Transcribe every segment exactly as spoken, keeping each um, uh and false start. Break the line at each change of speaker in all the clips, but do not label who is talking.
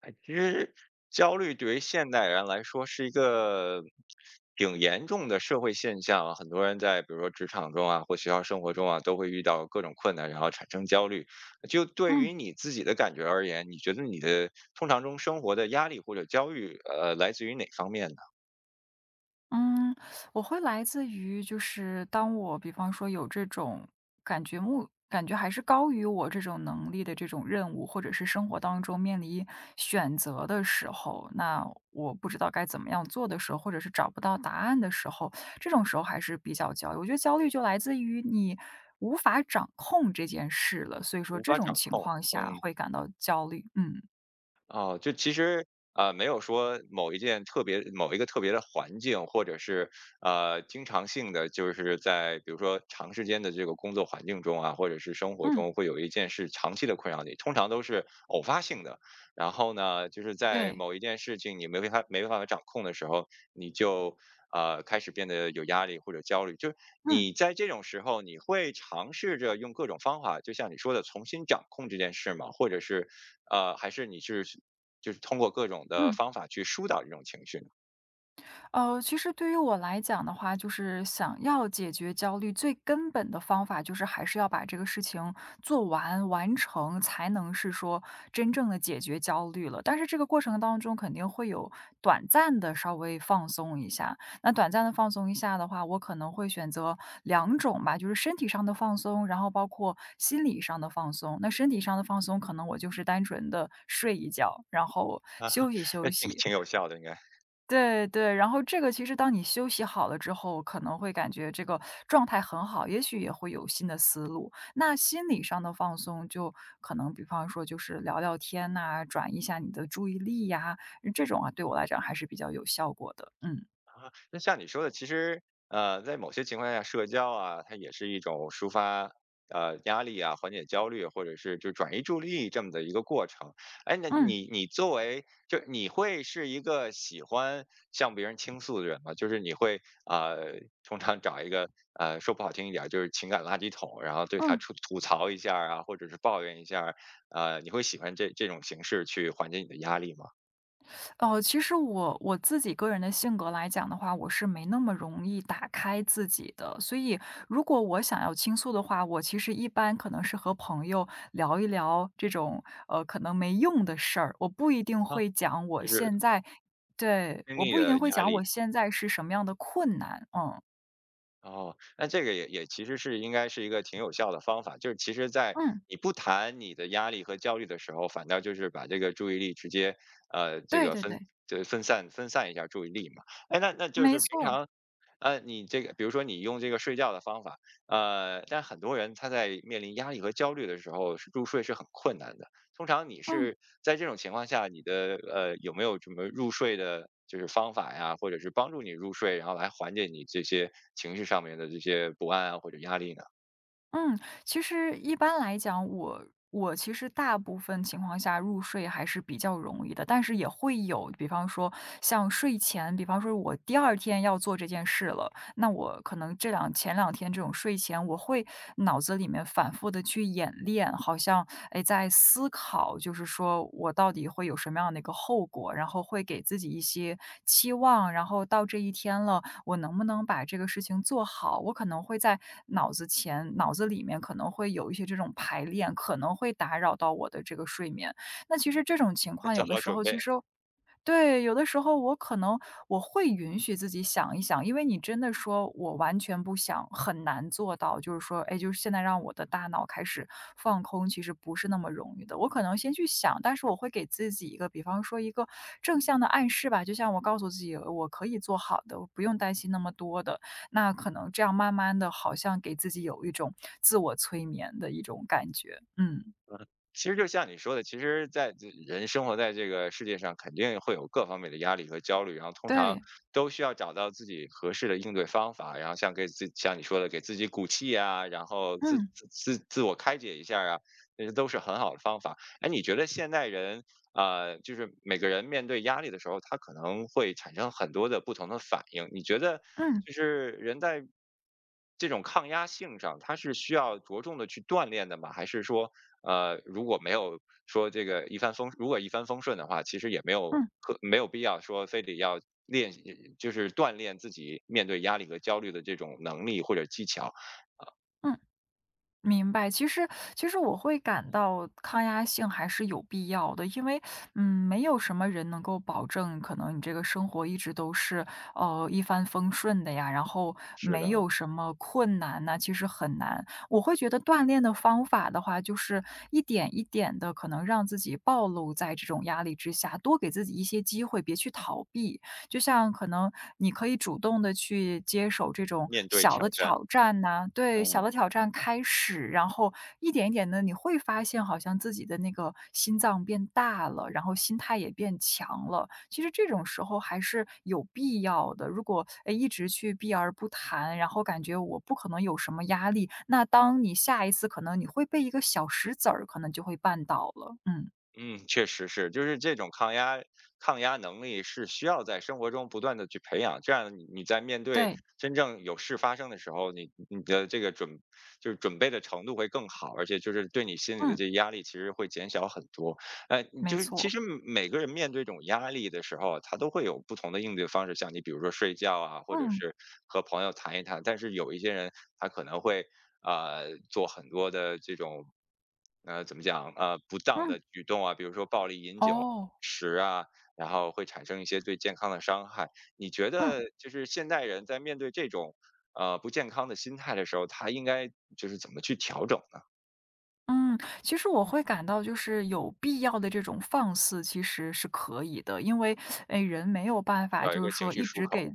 哎，其实焦虑对于现代人来说是一个挺严重的社会现象啊，很多人在比如说职场中啊，或学校生活中啊，都会遇到各种困难，然后产生焦虑。就对
嗯
于你自己的感觉而言，你觉得你的通常中生活的压力或者焦虑，呃，来自于哪方面呢？
嗯，我会来自于就是当我比方说有这种感觉目感觉还是高于我这种能力的这种任务，或者是生活当中面临选择的时候，那我不知道该怎么样做的时候，或者是找不到答案的时候，这种时候还是比较焦虑。我觉得焦虑就来自于你无法掌控这件事了，所以说
无
这
法
种
掌
情
控，
况下
嗯。
会感到焦虑。嗯
哦，就其实呃，没有说某一件特别某一个特别的环境，或者是呃经常性的，就是在比如说长时间的这个工作环境中啊，或者是生活
嗯，
中，会有一件事长期的困扰你，通常都是偶发性的。然后呢，就是在
对，
某一件事情你没办法没办法掌控的时候，你就呃，开始变得有压力或者焦虑。就是
嗯
你在这种时候，你会尝试着用各种方法，就像你说的，重新掌控这件事吗？或者是，呃，还是你是就是通过各种的
嗯。
方法去疏导这种情绪呢？
呃，其实对于我来讲的话，就是想要解决焦虑，最根本的方法就是还是要把这个事情做完、完成，才能是说真正的解决焦虑了。但是这个过程当中肯定会有短暂的稍微放松一下。那短暂的放松一下的话，我可能会选择两种吧，就是身体上的放松，然后包括心理上的放松。那身体上的放松，可能我就是单纯的睡一觉，然后
啊，
休息休
挺
息。
挺有效的，应该。
对对，然后这个其实当你休息好了之后，可能会感觉这个状态很好，也许也会有新的思路。那心理上的放松，就可能比方说就是聊聊天呐、转移一下你的注意力呀、这种啊，对我来讲还是比较有效果的。嗯
啊，那像你说的，其实呃，在某些情况下，社交啊，它也是一种抒发呃压力啊、缓解焦虑，或者是就转移注意力这么的一个过程。哎，那
嗯
你你作为就你会是一个喜欢向别人倾诉的人吗？就是你会呃，通常找一个呃，说不好听一点儿，就是情感垃圾桶，然后对他
嗯。
吐吐槽一下儿啊，或者是抱怨一下儿，呃，你会喜欢这这种形式去缓解你的压力吗？
哦，其实我我自己个人的性格来讲的话，我是没那么容易打开自己的，所以如果我想要倾诉的话，我其实一般可能是和朋友聊一聊这种呃可能没用的事儿，我不一定
啊，
会讲我
就是
现在，对，
经
我
历
不一
的
定会
压
讲
力。
我现在是什么样的困难。嗯
哦，那这个也也其实是应该是一个挺有效的方法，就是其实，在
嗯，
你不谈你的压力和焦虑的时候，反倒就是把这个注意力直接，呃，这
对
个
对
分
对，
就分散分散一下注意力嘛。哎，那那就
没
是平
错，
常，呃，你这个比如说你用这个睡觉的方法，呃，但很多人他在面临压力和焦虑的时候，入睡是很困难的。通常你
嗯。
是在这种情况下，你的呃有没有什么入睡的，就是方法呀，或者是帮助你入睡，然后来缓解你这些情绪上面的这些不安啊或者压力呢？
嗯，其实一般来讲，我我其实大部分情况下入睡还是比较容易的，但是也会有，比方说像睡前，比方说我第二天要做这件事了，那我可能这两前两天这种睡前，我会脑子里面反复的去演练，好像，哎，在思考，就是说我到底会有什么样的一个后果，然后会给自己一些期望，然后到这一天了，我能不能把这个事情做好？我可能会在脑子前脑子里面可能会有一些这种排练，可能会打扰到我的这个睡眠。那其实这种情况
做
有的
好
时
准
候
备。
其实，对，有的时候我可能我会允许自己想一想，因为你真的说我完全不想，很难做到。就是说，哎，就是现在让我的大脑开始放空，其实不是那么容易的。我可能先去想，但是我会给自己一个，比方说一个正向的暗示吧，就像我告诉自己，我可以做好的，我不用担心那么多的。那可能这样慢慢的，好像给自己有一种自我催眠的一种感觉。嗯，
其实就像你说的，其实在这人生活在这个世界上，肯定会有各方面的压力和焦虑，然后通常
对，
都需要找到自己合适的应对方法，然后像给自像你说的，给自己鼓气啊，然后自自自自我开解一下啊，那些都是很好的方法。哎，你觉得现代人啊呃，就是每个人面对压力的时候，他可能会产生很多的不同的反应，你觉得
嗯
就是人在这种抗压性上，他是需要着重的去锻炼的吗？还是说呃，如果没有说这个一帆风，如果一帆风顺的话，其实也没有
嗯嗯嗯
可没有必要说非得要练习就是锻炼自己面对压力和焦虑的这种能力或者技巧。
嗯。明白，其实其实我会感到抗压性还是有必要的，因为嗯，没有什么人能够保证，可能你这个生活一直都是呃一帆风顺的呀，然后
是
没
的，
有什么困难呐、其实很难。我会觉得锻炼的方法的话，就是一点一点的，可能让自己暴露在这种压力之下，多给自己一些机会，别去逃避。就像可能你可以主动的去接手这种
面对
小
挑
的
战，
挑战呐，对，小
嗯。
的挑战开始，然后一点一点的，你会发现好像自己的那个心脏变大了，然后心态也变强了。其实这种时候还是有必要的，如果，哎，一直去避而不谈，然后感觉我不可能有什么压力，那当你下一次可能你会被一个小石子儿可能就会绊倒了。嗯，
嗯，确实是，就是这种抗压抗压能力是需要在生活中不断的去培养，这样你你在面对
对，
真正有事发生的时候，你你的这个准就是准备的程度会更好，而且就是对你心里的
嗯，
这压力其实会减小很多。呃，
没
就是其
错，
实每个人面对这种压力的时候，他都会有不同的应对方式，像你比如说睡觉啊，或者
嗯，
是和朋友谈一谈。但是有一些人，他可能会呃做很多的这种呃怎么讲呃不当的
嗯，
举动啊，比如说暴力饮酒、
哦，
食啊，然后会产生一些对健康的伤害。你觉
嗯。
得就是现代人在面对这种呃不健康的心态的时候，他应该就是怎么去调整呢？
嗯，其实我会感到就是有必要的这种放肆其实是可以的，因为，哎，人没有办法
找一
就是
个情
说
绪
一
出
直给，
口。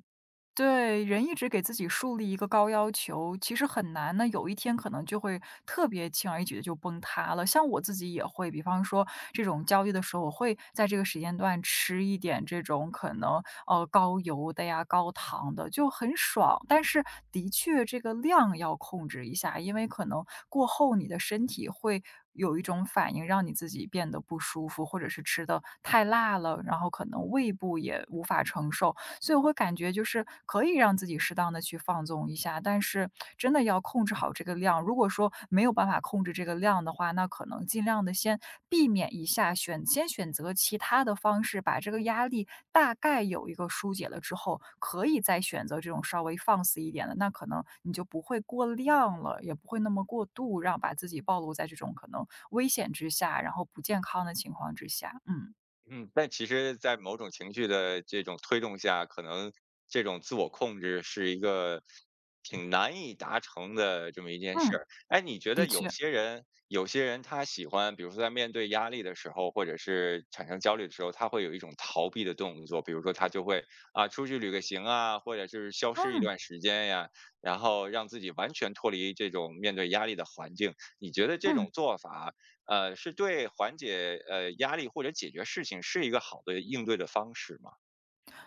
对，人一直给自己树立一个高要求，其实很难呢，有一天可能就会特别轻而易举的就崩塌了。像我自己也会，比方说这种交易的时候，我会在这个时间段吃一点这种可能，呃，高油的呀、高糖的，就很爽。但是的确这个量要控制一下，因为可能过后你的身体会有一种反应，让你自己变得不舒服，或者是吃的太辣了，然后可能胃部也无法承受。所以我会感觉就是可以让自己适当的去放纵一下，但是真的要控制好这个量。如果说没有办法控制这个量的话，那可能尽量的先避免一下，选先选择其他的方式，把这个压力大概有一个疏解了之后，可以再选择这种稍微放肆一点的，那可能你就不会过量了，也不会那么过度，让把自己暴露在这种可能危险之下，然后不健康的情况之下。嗯，
嗯，但其实在某种情绪的这种推动下，可能这种自我控制是一个挺难以达成的这么一件事
嗯，
儿。哎，你觉
的
得有
确，
些人，有些人他喜欢，比如说在面对压力的时候，或者是产生焦虑的时候，他会有一种逃避的动作，比如说他就会啊出去旅个行啊，或者就是消失一
嗯，
段时间呀，然后让自己完全脱离这种面对压力的环境。你觉得这
嗯。
种做法？呃，是对缓解呃压力或者解决事情是一个好的应对的方式吗？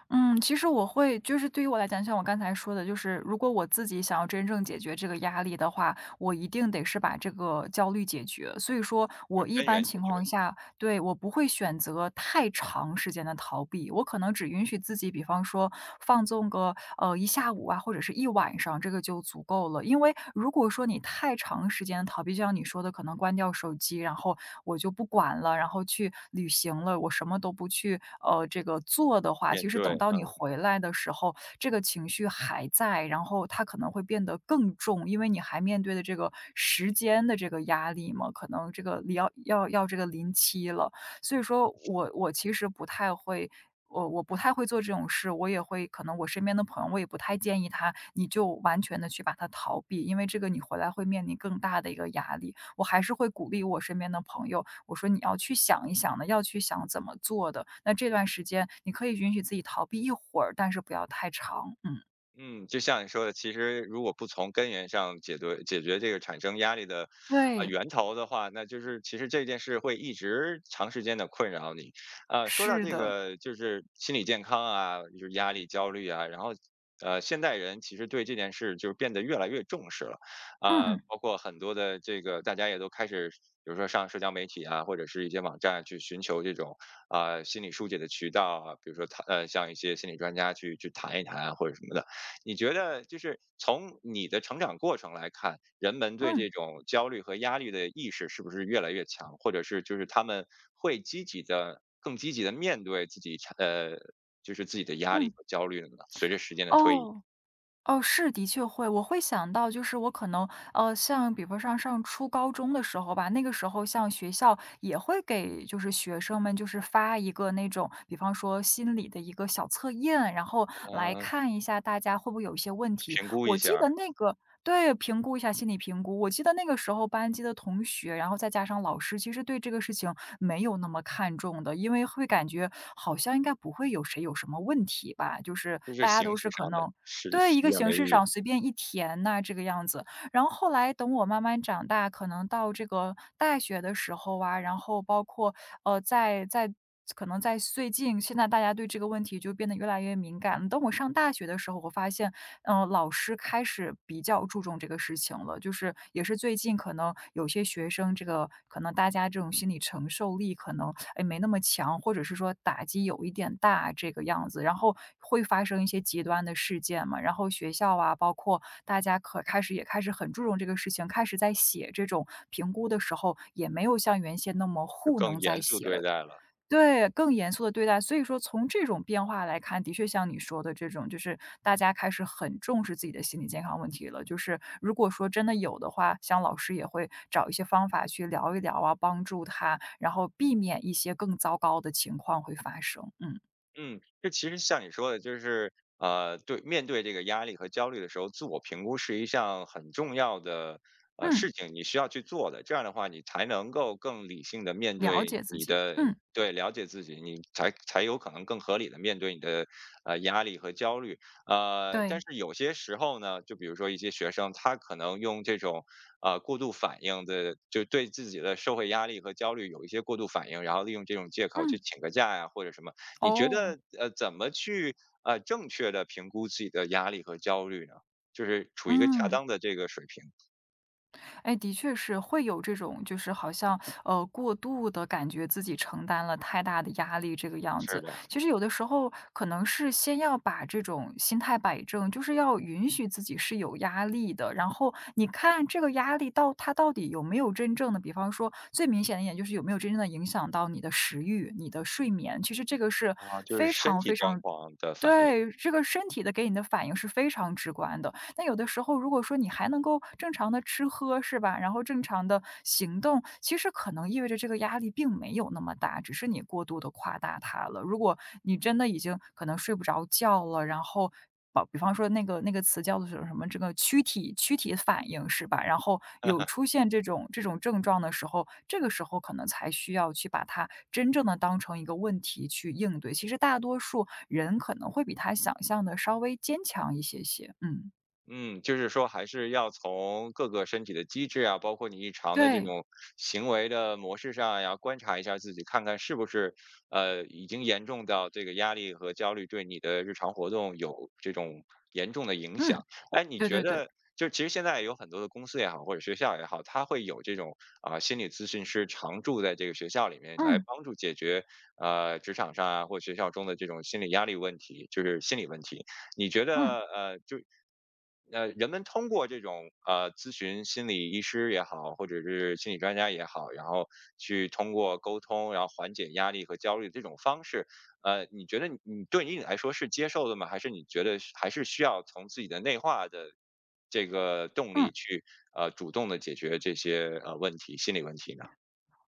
嗯，其实我会就是对于我来讲，像我刚才说的，就是如果我自己想要真正解决这个压力的话，我一定得是把这个焦虑解决。所以说
就
我
是
一
根源
般
解
情
决，
况下，对，我不会选择太长时间的逃避，我可能只允许自己，比方说放纵个呃一下午啊，或者是一晚上，这个就足够了。因为如果说你太长时间的逃避，就像你说的，可能关掉手机，然后我就不管了，然后去旅行了，我什么都不去呃这个做的话，
面
其实
对，
等到你
嗯。
回来的时候，这个情绪还在，然后它可能会变得更重，因为你还面对的这个时间的这个压力嘛，可能这个要要要这个临期了，所以说我我其实不太会。我我不太会做这种事，我也会可能我身边的朋友，我也不太建议他，你就完全的去把它逃避，因为这个你回来会面临更大的一个压力。我还是会鼓励我身边的朋友，我说你要去想一想的，要去想怎么做的。那这段时间你可以允许自己逃避一会儿，但是不要太长。嗯，
嗯，就像你说的，其实如果不从根源上解决解决这个产生压力的啊、呃
对，
源头的话，那就是其实这件事会一直长时间的困扰你。呃，说到
是
这
的，
个就是心理健康啊，就是压力、焦虑啊，然后呃，现代人其实对这件事就是变得越来越重视了，
嗯
啊、
嗯
包括很多的这个大家也都开始。比如说上社交媒体啊，或者是一些网站去寻求这种啊、心理疏解的渠道啊，比如说谈呃像一些心理专家去去谈一谈啊，或者什么的。你觉得就是从你的成长过程来看，人们对
嗯
这种焦虑和压力的意识是不是越来越强，或者是就是他们会积极的、更积极的面对自己产呃，就是自己的压力
嗯，
和焦虑了呢？随着时间的推移，
哦。哦，是，的确会。我会想到就是我可能，呃，像比方上上初高中的时候吧，那个时候像学校也会给就是学生们就是发一个那种，比方说心理的一个小测验，然后来
呃，
看一下大家会不会有一些问题。
评估一
我
下
记
儿
得那个，对，评估一下心理评估。我记得那个时候班级的同学，然后再加上老师，其实对这个事情没有那么看重的，因为会感觉好像应该不会有谁有什么问题吧，就是
就是
大家
形
都
式
是可
上的，
能，
实
对，
实
一
际
个
上
形
没意
式
义，
上随便一填呐，这个样子。然后后来等我慢慢长大，可能到这个大学的时候啊，然后包括，呃，在在可能在最近，现在大家对这个问题就变得越来越敏感了。等我上大学的时候，我发现嗯，呃老师开始比较注重这个事情了。就是也是最近可能有些学生，这个可能大家这种心理承受力可能哎没那么强，或者是说打击有一点大这个样子，然后会发生一些极端的事件嘛。然后学校啊，包括大家可开始也开始很注重这个事情，开始在写这种评估的时候，也没有像原先那么
就
糊
更
弄在
严肃
写
对
了。
待了。
对，更严肃的对待。所以说从这种变化来看，的确像你说的这种，就是大家开始很重视自己的心理健康问题了。就是如果说真的有的话，像老师也会找一些方法去聊一聊啊，帮助他，然后避免一些更糟糕的情况会发生。嗯，
嗯，这其实像你说的，就是呃，对，面对这个压力和焦虑的时候，自我评估是一项很重要的呃
嗯，
事情，你需要去做的。这样的话，你才能够更理性的面
了
对
解自
你
己。
的，
嗯，
对，了解自己，你才才有可能更合理的面对你的呃压力和焦虑。呃，但
对，
是有些时候呢，就比如说一些学生，他可能用这种呃过度反应的，就对自己的社会压力和焦虑有一些过度反应，然后利用这种借口去
嗯，
请个假呀、或者什么。你觉
哦，
得呃，怎么去呃正确的评估自己的压力和焦虑呢？就是处于一个恰
嗯。
当的这个水平。
哎，的确是会有这种，就是好像呃过度的感觉自己承担了太大的压力这个样
是
子。
的，
其实有的时候可能是先要把这种心态摆正，就是要允许自己是有压力的。然后你看这个压力到它到底有没有真正的，比方说最明显的一点就是有没有真正的影响到你的食欲、你的睡眠。其实这个是
啊，就是
非
身体状况的反应。
对这个身体的给你的反应是非常直观的。那有的时候如果说你还能够正常的吃喝是吧，然后正常的行动，其实可能意味着这个压力并没有那么大，只是你过度的夸大它了。如果你真的已经可能睡不着觉了，然后把比方说那个那个词叫做什么什么这个躯体躯体反应是吧，然后有 出现这种这种症状的时候，这个时候可能才需要去把它真正的当成一个问题去应对。其实大多数人可能会比他想象的稍微坚强一些些，嗯。
嗯，就是说还是要从各个身体的机制啊，包括你日常的这
对，
种行为的模式上呀，观察一下自己，看看是不是呃已经严重到这个压力和焦虑对你的日常活动有这种严重的影响。
嗯，
哎，你
对
觉
对对，
得就其实现在有很多的公司也好，或者学校也好，它会有这种啊、心理咨询师常驻在这个学校里面来
嗯，
帮助解决呃职场上啊或学校中的这种心理压力问题，就是心理问题。你觉
嗯，
得呃，就呃，人们通过这种呃咨询心理医师也好，或者是心理专家也好，然后去通过沟通，然后缓解压力和焦虑这种方式，呃，你觉得你你对你来说是接受的吗？还是你觉得是还是需要从自己的内化的这个动力
嗯。
去呃主动的解决这些呃问题、心理问题呢？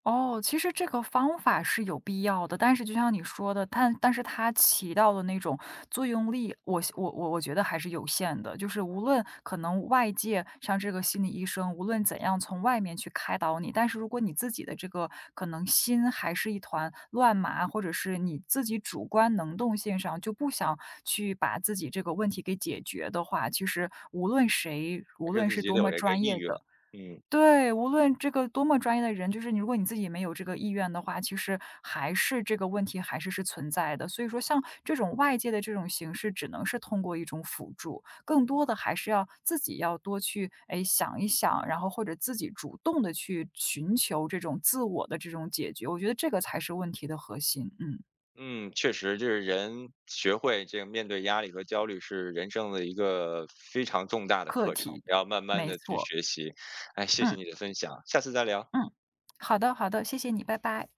哦，其实这个方法是有必要的，但是就像你说的，但但是它起到的那种作用力，我我我我觉得还是有限的。就是无论可能外界像这个心理医生，无论怎样从外面去开导你，但是如果你自己的这个可能心还是一团乱麻，或者是你自己主观能动性上就不想去把自己这个问题给解决的话，其实无论谁，
还
无
是
论
自
是
己
多
得有
么
一个
专
意
业
愿？
的
嗯。
对，无论这个多么专业的人，就是你如果你自己没有这个意愿的话，其实还是这个问题还是是存在的。所以说像这种外界的这种形式，只能是通过一种辅助，更多的还是要自己要多去，哎，想一想，然后或者自己主动的去寻求这种自我的这种解决，我觉得这个才是问题的核心，嗯，
嗯，确实，就是人学会这个面对压力和焦虑是人生的一个非常重大的
课
课程，
题，
要慢慢
没
的去
错，
学习。哎，谢谢
嗯，
你的分享，下次再聊。
嗯，好的，好的，谢谢你，拜拜。